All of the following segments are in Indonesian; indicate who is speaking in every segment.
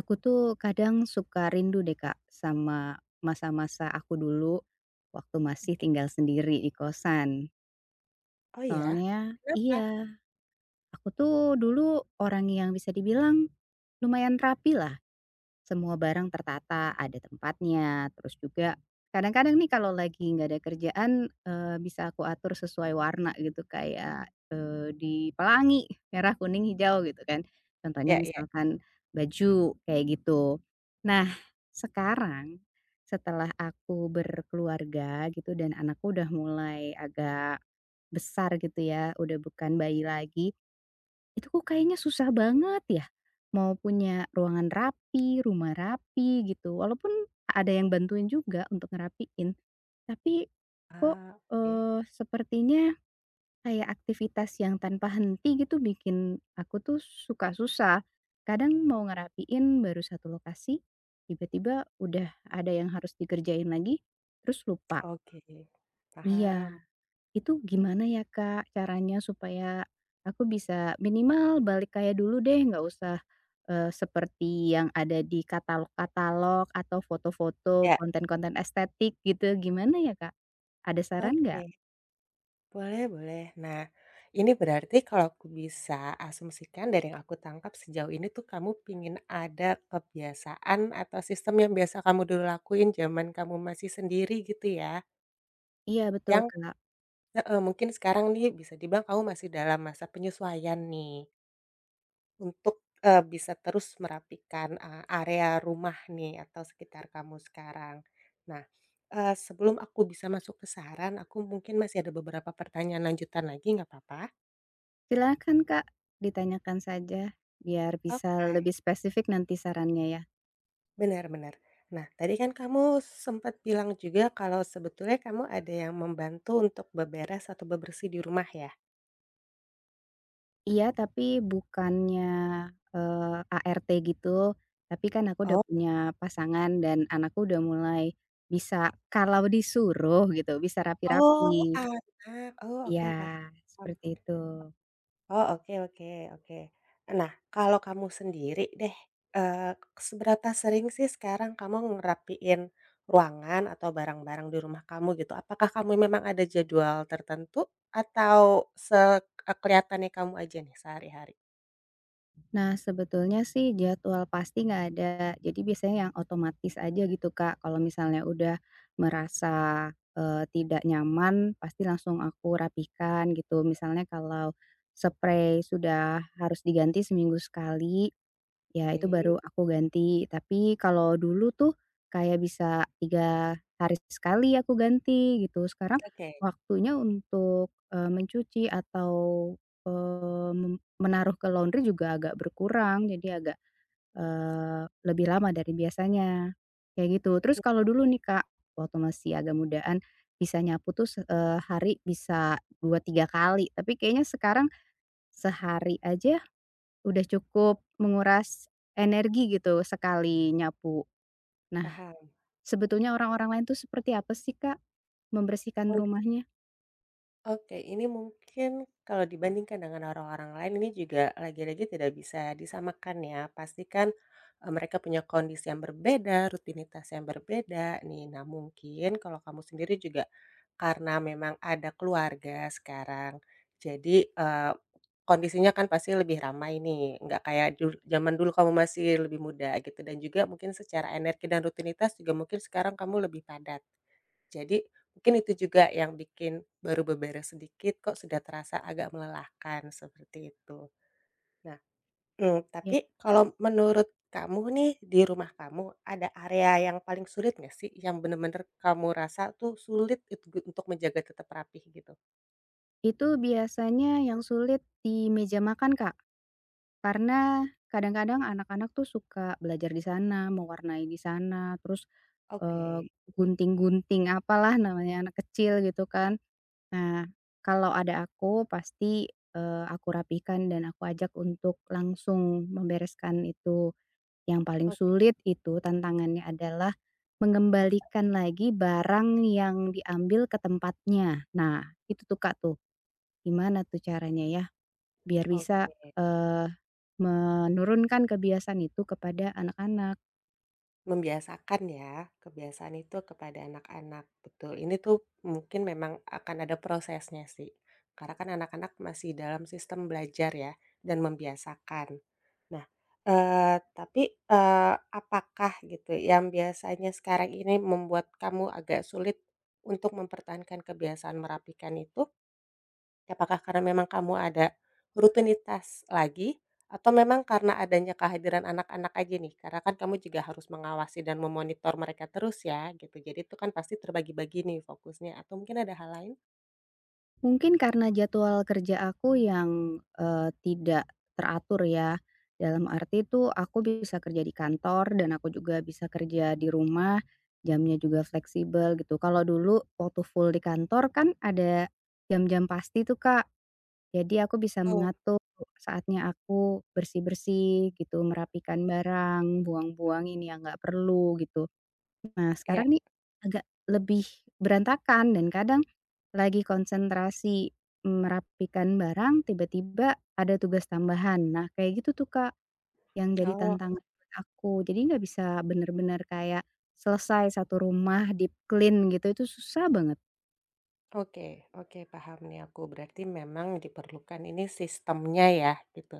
Speaker 1: Aku tuh kadang suka rindu deh Kak sama masa-masa aku dulu waktu masih tinggal sendiri di kosan.
Speaker 2: Oh ya?
Speaker 1: Soalnya
Speaker 2: Kenapa?
Speaker 1: iya, aku tuh dulu orang yang bisa dibilang lumayan rapi lah semua barang tertata, ada tempatnya, terus juga kadang-kadang nih kalau lagi nggak ada kerjaan, bisa aku atur sesuai warna gitu kayak, di pelangi, merah, kuning, hijau gitu kan. Contohnya
Speaker 2: Ya ya.
Speaker 1: misalkan baju, kayak gitu. Nah, sekarang setelah aku berkeluarga gitu dan anakku udah mulai agak besar gitu ya, udah bukan bayi lagi. Itu kok kayaknya susah banget ya, mau punya ruangan rapi, rumah rapi gitu, walaupun ada yang bantuin juga untuk ngerapiin, tapi kok,
Speaker 2: Ah, oke.
Speaker 1: sepertinya kayak aktivitas yang tanpa henti gitu bikin aku tuh suka susah. Kadang mau ngerapiin baru satu lokasi, tiba-tiba udah ada yang harus dikerjain lagi, terus lupa.
Speaker 2: Oke,
Speaker 1: Iya.
Speaker 2: paham.
Speaker 1: Itu gimana ya, Kak, caranya supaya aku bisa minimal balik kayak dulu deh, nggak usah, seperti yang ada di katalog-katalog atau foto-foto
Speaker 2: Ya,
Speaker 1: konten-konten estetik gitu, gimana ya, Kak? Ada saran
Speaker 2: oke.
Speaker 1: nggak?
Speaker 2: Boleh boleh. Nah, ini berarti kalau aku bisa asumsikan dari yang aku tangkap sejauh ini tuh kamu pingin ada kebiasaan atau sistem yang biasa kamu dulu lakuin zaman kamu masih sendiri gitu ya,
Speaker 1: Iya betul,
Speaker 2: yang
Speaker 1: Kak.
Speaker 2: heeh, mungkin sekarang nih bisa dibilang kamu masih dalam masa penyesuaian nih. Untuk, bisa terus merapikan, area rumah nih atau sekitar kamu sekarang. Nah, sebelum aku bisa masuk ke saran, aku mungkin masih ada beberapa pertanyaan lanjutan lagi nggak apa-apa?
Speaker 1: Silakan, Kak, ditanyakan saja biar bisa
Speaker 2: Oke.
Speaker 1: lebih spesifik nanti sarannya ya.
Speaker 2: Benar-benar. Nah, tadi kan kamu sempat bilang juga kalau sebetulnya kamu ada yang membantu untuk beberes atau bebersih di rumah ya?
Speaker 1: Iya, tapi bukannya, ART gitu, tapi kan aku udah
Speaker 2: Oh.
Speaker 1: punya pasangan dan anakku udah mulai bisa kalau disuruh gitu, bisa
Speaker 2: Oh,
Speaker 1: rapi-rapi.
Speaker 2: anak. Oh,
Speaker 1: Iya,
Speaker 2: oke paham.
Speaker 1: seperti itu.
Speaker 2: Oh, oke oke oke. Nah, kalau kamu sendiri deh, eee, seberapa sering sih sekarang kamu ngerapiin ruangan atau barang-barang di rumah kamu gitu? Apakah kamu memang ada jadwal tertentu atau se kelihatannya kamu aja nih sehari-hari?
Speaker 1: Nah, sebetulnya sih jadwal pasti nggak ada, jadi biasanya yang otomatis aja gitu, Kak. Kalau misalnya udah merasa, tidak nyaman, pasti langsung aku rapikan gitu. Misalnya kalau spray sudah harus diganti seminggu sekali, ya itu
Speaker 2: Baik.
Speaker 1: baru aku ganti, tapi kalau dulu tuh kayak bisa 3 hari sekali aku ganti gitu, sekarang
Speaker 2: Oke,
Speaker 1: waktunya untuk, mencuci atau, menaruh ke laundry juga agak berkurang, jadi agak, eee, lebih lama dari biasanya, kayak gitu. Terus kalau dulu nih Kak, waktu masih agak mudaan bisa nyapu tuh hari bisa 2 3 kali, tapi kayaknya sekarang sehari aja udah cukup menguras energi gitu sekali nyapu. Nah,
Speaker 2: paham.
Speaker 1: sebetulnya orang-orang lain tuh seperti apa sih, Kak, membersihkan rumahnya?
Speaker 2: Oke, ini mungkin kalau dibandingkan dengan orang-orang lain ini juga lagi-lagi tidak bisa disamakan ya. Pastikan kan, mereka punya kondisi yang berbeda, rutinitas yang berbeda nih. Nah, mungkin kalau kamu sendiri juga karena memang ada keluarga sekarang, jadi, kondisinya kan pasti lebih ramai nih, nggak kayak zaman dulu kamu masih lebih muda gitu dan juga mungkin secara energi dan rutinitas juga mungkin sekarang kamu lebih padat. Jadi mungkin itu juga yang bikin baru beberes sedikit kok sudah terasa agak melelahkan, seperti itu. Nah,
Speaker 1: Ya.
Speaker 2: tapi kalau menurut kamu nih di rumah kamu ada area yang paling sulit nggak sih yang bener-bener kamu rasa tuh sulit untuk menjaga tetap rapih gitu?
Speaker 1: Itu biasanya yang sulit di meja makan, Kak, karena kadang-kadang anak-anak tuh suka belajar di sana, mewarnai di sana, terus, eee,
Speaker 2: Oke,
Speaker 1: gunting-gunting apalah namanya anak kecil gitu kan. Nah, kalau ada aku pasti, aku rapikan dan aku ajak untuk langsung membereskan itu. Yang paling
Speaker 2: oke, oke.
Speaker 1: sulit itu tantangannya adalah mengembalikan lagi barang yang diambil ke tempatnya. Nah, itu tuh, Kak, tuh. Gimana tuh caranya ya biar bisa, eee, menurunkan kebiasaan itu kepada anak-anak?
Speaker 2: Membiasakan ya, kebiasaan itu kepada anak-anak, betul. Ini tuh mungkin memang akan ada prosesnya sih, karena kan anak-anak masih dalam sistem belajar ya, dan membiasakan. Nah, tapi, apakah gitu yang biasanya sekarang ini membuat kamu agak sulit untuk mempertahankan kebiasaan merapikan itu, apakah karena memang kamu ada rutinitas lagi atau memang karena adanya kehadiran anak-anak aja nih? Karena kan kamu juga harus mengawasi dan memonitor mereka terus ya gitu. Jadi itu kan pasti terbagi-bagi nih fokusnya atau mungkin ada hal lain?
Speaker 1: Mungkin karena jadwal kerja aku yang, tidak teratur ya, dalam arti itu aku bisa kerja di kantor dan aku juga bisa kerja di rumah, jamnya juga fleksibel gitu. Kalau dulu waktu full di kantor kan ada jam-jam pasti tuh, Kak, jadi aku bisa
Speaker 2: Oh,
Speaker 1: mengatur saatnya aku bersih-bersih gitu, merapikan barang, buang buang ini yang nggak perlu gitu. Nah,
Speaker 2: ya.
Speaker 1: sekarang nih agak lebih berantakan dan kadang lagi konsentrasi merapikan barang, tiba-tiba ada tugas tambahan. Nah, kayak gitu tuh, Kak, yang jadi
Speaker 2: Oh,
Speaker 1: tantangan buat aku. Jadi nggak bisa bener-bener kayak selesai satu rumah deep clean gitu, itu susah banget.
Speaker 2: oke oke paham nih aku. Berarti memang diperlukan ini sistemnya ya gitu.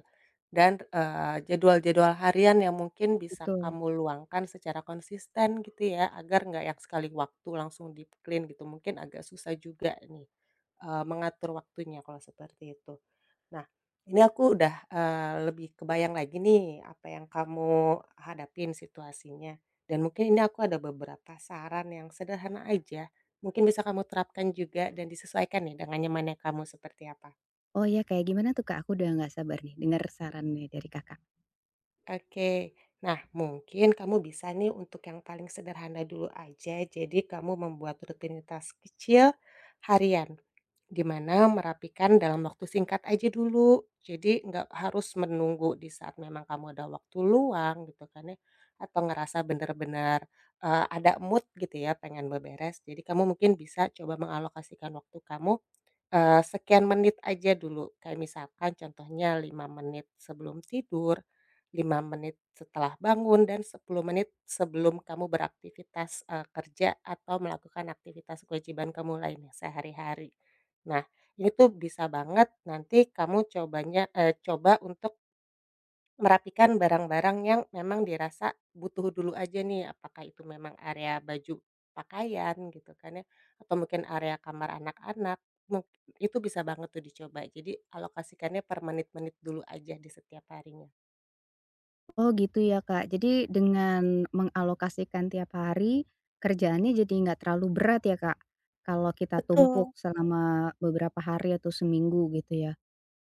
Speaker 2: Dan, jadwal-jadwal harian yang mungkin bisa
Speaker 1: Betul.
Speaker 2: kamu luangkan secara konsisten gitu ya, agar nggak yang sekali waktu langsung deep clean gitu, mungkin agak susah juga nih, mengatur waktunya kalau seperti itu. Nah, ini aku udah, lebih kebayang lagi nih apa yang kamu hadapin situasinya, dan mungkin ini aku ada beberapa saran yang sederhana aja, mungkin bisa kamu terapkan juga dan disesuaikan nih dengan nyamannya kamu seperti apa.
Speaker 1: Oh, ya kayak gimana tuh, Kak? Aku udah nggak sabar nih denger sarannya dari Kakak.
Speaker 2: Oke. Nah, mungkin kamu bisa nih untuk yang paling sederhana dulu aja. Jadi kamu membuat rutinitas kecil harian, di mana merapikan dalam waktu singkat aja dulu. Jadi nggak harus menunggu di saat memang kamu ada waktu luang gitu kan ya, atau ngerasa benar-benar eh, ada mood gitu ya pengen beberes. Jadi kamu mungkin bisa coba mengalokasikan waktu kamu sekian menit aja dulu, kayak misalkan contohnya 5 menit sebelum tidur, 5 menit setelah bangun, dan 10 menit sebelum kamu beraktivitas, kerja atau melakukan aktivitas kewajiban kamu lainnya sehari-hari. Nah, ini tuh bisa banget nanti kamu cobanya coba untuk merapikan barang-barang yang memang dirasa butuh dulu aja nih, apakah itu memang area baju pakaian gitu kan ya, atau mungkin area kamar anak-anak, itu bisa banget tuh dicoba. Jadi alokasikannya per menit-menit dulu aja di setiap harinya.
Speaker 1: Oh gitu ya Kak. Jadi dengan mengalokasikan tiap hari, kerjaannya jadi nggak terlalu berat ya Kak, kalau kita
Speaker 2: Betul.
Speaker 1: tumpuk selama beberapa hari atau seminggu gitu ya.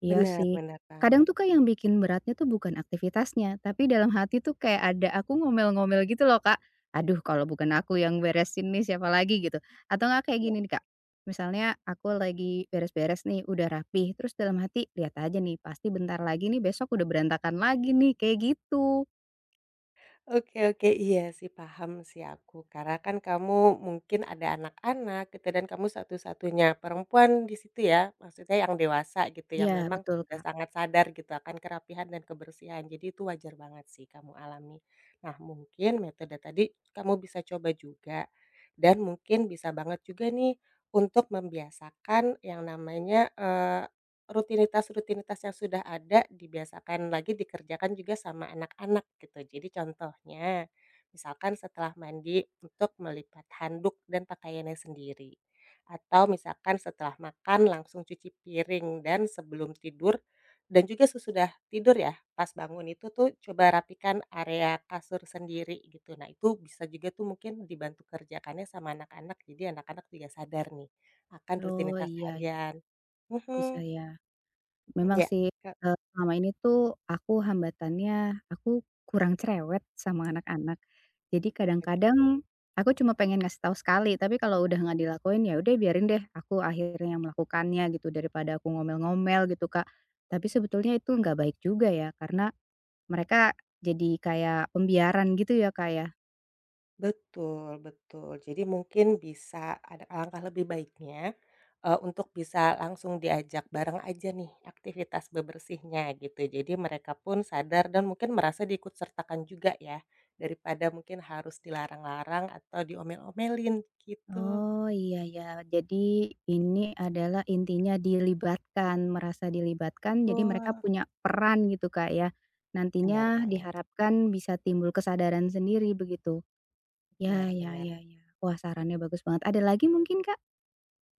Speaker 1: Iya sih.
Speaker 2: Benar-benar banget.
Speaker 1: Kadang tuh Kak yang bikin beratnya tuh bukan aktivitasnya, tapi dalam hati tuh kayak ada aku ngomel-ngomel gitu loh Kak, "Aduh kalau bukan aku yang beresin nih siapa lagi?" gitu. Atau nggak kayak gini nih Kak, misalnya aku lagi beres-beres nih udah rapi, terus dalam hati, "Lihat aja nih pasti bentar lagi nih besok udah berantakan lagi nih," kayak gitu.
Speaker 2: Oke oke, iya sih paham sih aku, karena kan kamu mungkin ada anak-anak gitu dan kamu satu-satunya perempuan di situ ya, maksudnya yang dewasa gitu, yang
Speaker 1: Iya,
Speaker 2: memang
Speaker 1: betul,
Speaker 2: sudah
Speaker 1: Kak.
Speaker 2: sangat sadar gitu akan kerapihan dan kebersihan, jadi itu wajar banget sih kamu alami. Nah mungkin metode tadi kamu bisa coba juga, dan mungkin bisa banget juga nih untuk membiasakan yang namanya, rutinitas-rutinitas yang sudah ada dibiasakan lagi dikerjakan juga sama anak-anak gitu. Jadi contohnya, misalkan setelah mandi untuk melipat handuk dan pakaiannya sendiri. Atau misalkan setelah makan langsung cuci piring dan sebelum tidur dan juga sesudah tidur ya, pas bangun itu tuh coba rapikan area kasur sendiri gitu. Nah, itu bisa juga tuh mungkin dibantu kerjakannya sama anak-anak. Jadi anak-anak juga sadar nih akan
Speaker 1: Oh,
Speaker 2: rutinitas
Speaker 1: iya, iya,
Speaker 2: harian.
Speaker 1: bisa
Speaker 2: Mhm.
Speaker 1: ya. Memang
Speaker 2: Ya,
Speaker 1: sih,
Speaker 2: Kak,
Speaker 1: selama ini tuh aku hambatannya, aku kurang cerewet sama anak-anak. Jadi
Speaker 2: oke.
Speaker 1: kadang-kadang aku cuma pengen ngasih tahu sekali, tapi kalau udah nggak dilakuin, ya udah biarin deh aku akhirnya yang melakukannya gitu, daripada aku ngomel-ngomel gitu, Kak. Tapi sebetulnya itu nggak baik juga ya, karena mereka jadi kayak pembiaran gitu ya, Kak, ya.
Speaker 2: Betul betul. Jadi mungkin bisa ada alangkah lebih baiknya, untuk bisa langsung diajak bareng aja nih aktivitas bebersihnya gitu. Jadi mereka pun sadar dan mungkin merasa diikut sertakan juga ya, daripada mungkin harus dilarang-larang atau diomel-omelin gitu.
Speaker 1: Oh, iya ya. Jadi ini adalah intinya dilibatkan, merasa dilibatkan, jadi mereka
Speaker 2: Betul,
Speaker 1: punya peran gitu, Kak, ya.
Speaker 2: benar
Speaker 1: Nantinya
Speaker 2: banget,
Speaker 1: diharapkan bisa timbul kesadaran sendiri begitu. Ya,
Speaker 2: benar
Speaker 1: ya,
Speaker 2: benar.
Speaker 1: ya, ya. Wah, sarannya bagus banget. Ada lagi mungkin, Kak?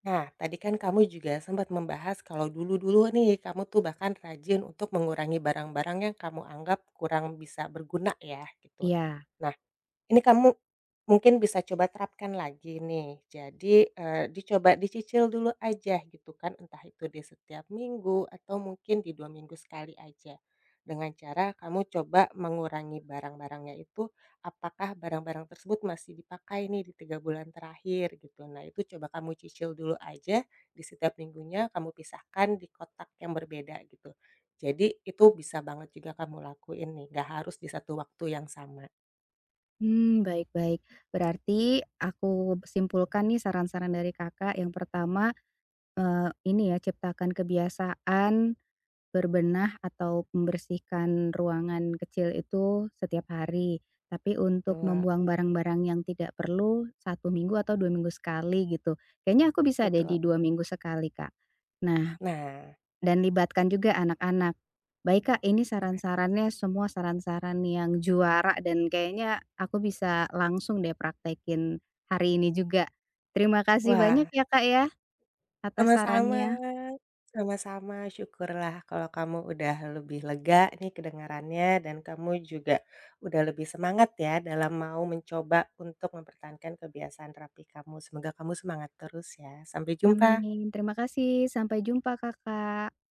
Speaker 2: Nah, tadi kan kamu juga sempat membahas kalau dulu-dulu nih kamu tuh bahkan rajin untuk mengurangi barang-barang yang kamu anggap kurang bisa berguna ya, gitu.
Speaker 1: Iya.
Speaker 2: Nah, ini kamu mungkin bisa coba terapkan lagi nih. Jadi, dicoba dicicil dulu aja gitu kan, entah itu di setiap minggu atau mungkin di 2 minggu sekali aja. Dengan cara kamu coba mengurangi barang-barangnya itu, apakah barang-barang tersebut masih dipakai nih di 3 bulan terakhir gitu. Nah, itu coba kamu cicil dulu aja di setiap minggunya kamu pisahkan di kotak yang berbeda gitu. Jadi itu bisa banget juga kamu lakuin nih, gak harus di satu waktu yang sama,
Speaker 1: Hmm, baik, baik. Berarti aku simpulkan nih saran-saran dari Kakak, yang pertama, ini ya, ciptakan kebiasaan berbenah atau membersihkan ruangan kecil itu setiap hari, tapi untuk
Speaker 2: betul.
Speaker 1: membuang barang-barang yang tidak perlu 1 minggu atau 2 minggu sekali gitu. Kayaknya aku bisa deh
Speaker 2: Betul.
Speaker 1: di 2 minggu sekali, Kak. Nah,
Speaker 2: Nah,
Speaker 1: dan libatkan juga anak-anak. Baik, Kak, ini
Speaker 2: menarik.
Speaker 1: saran-sarannya semua saran-saran yang juara dan kayaknya aku bisa langsung deh praktekin hari ini juga. Terima kasih banyak
Speaker 2: Wah,
Speaker 1: ya, Kak, ya atas
Speaker 2: sama-sama
Speaker 1: sarannya.
Speaker 2: sama-sama, syukurlah kalau kamu udah lebih lega nih kedengarannya dan kamu juga udah lebih semangat ya dalam mau mencoba untuk mempertahankan kebiasaan terapi kamu. Semoga kamu semangat terus ya. Sampai jumpa.
Speaker 1: Amin. Terima kasih, sampai jumpa, Kakak.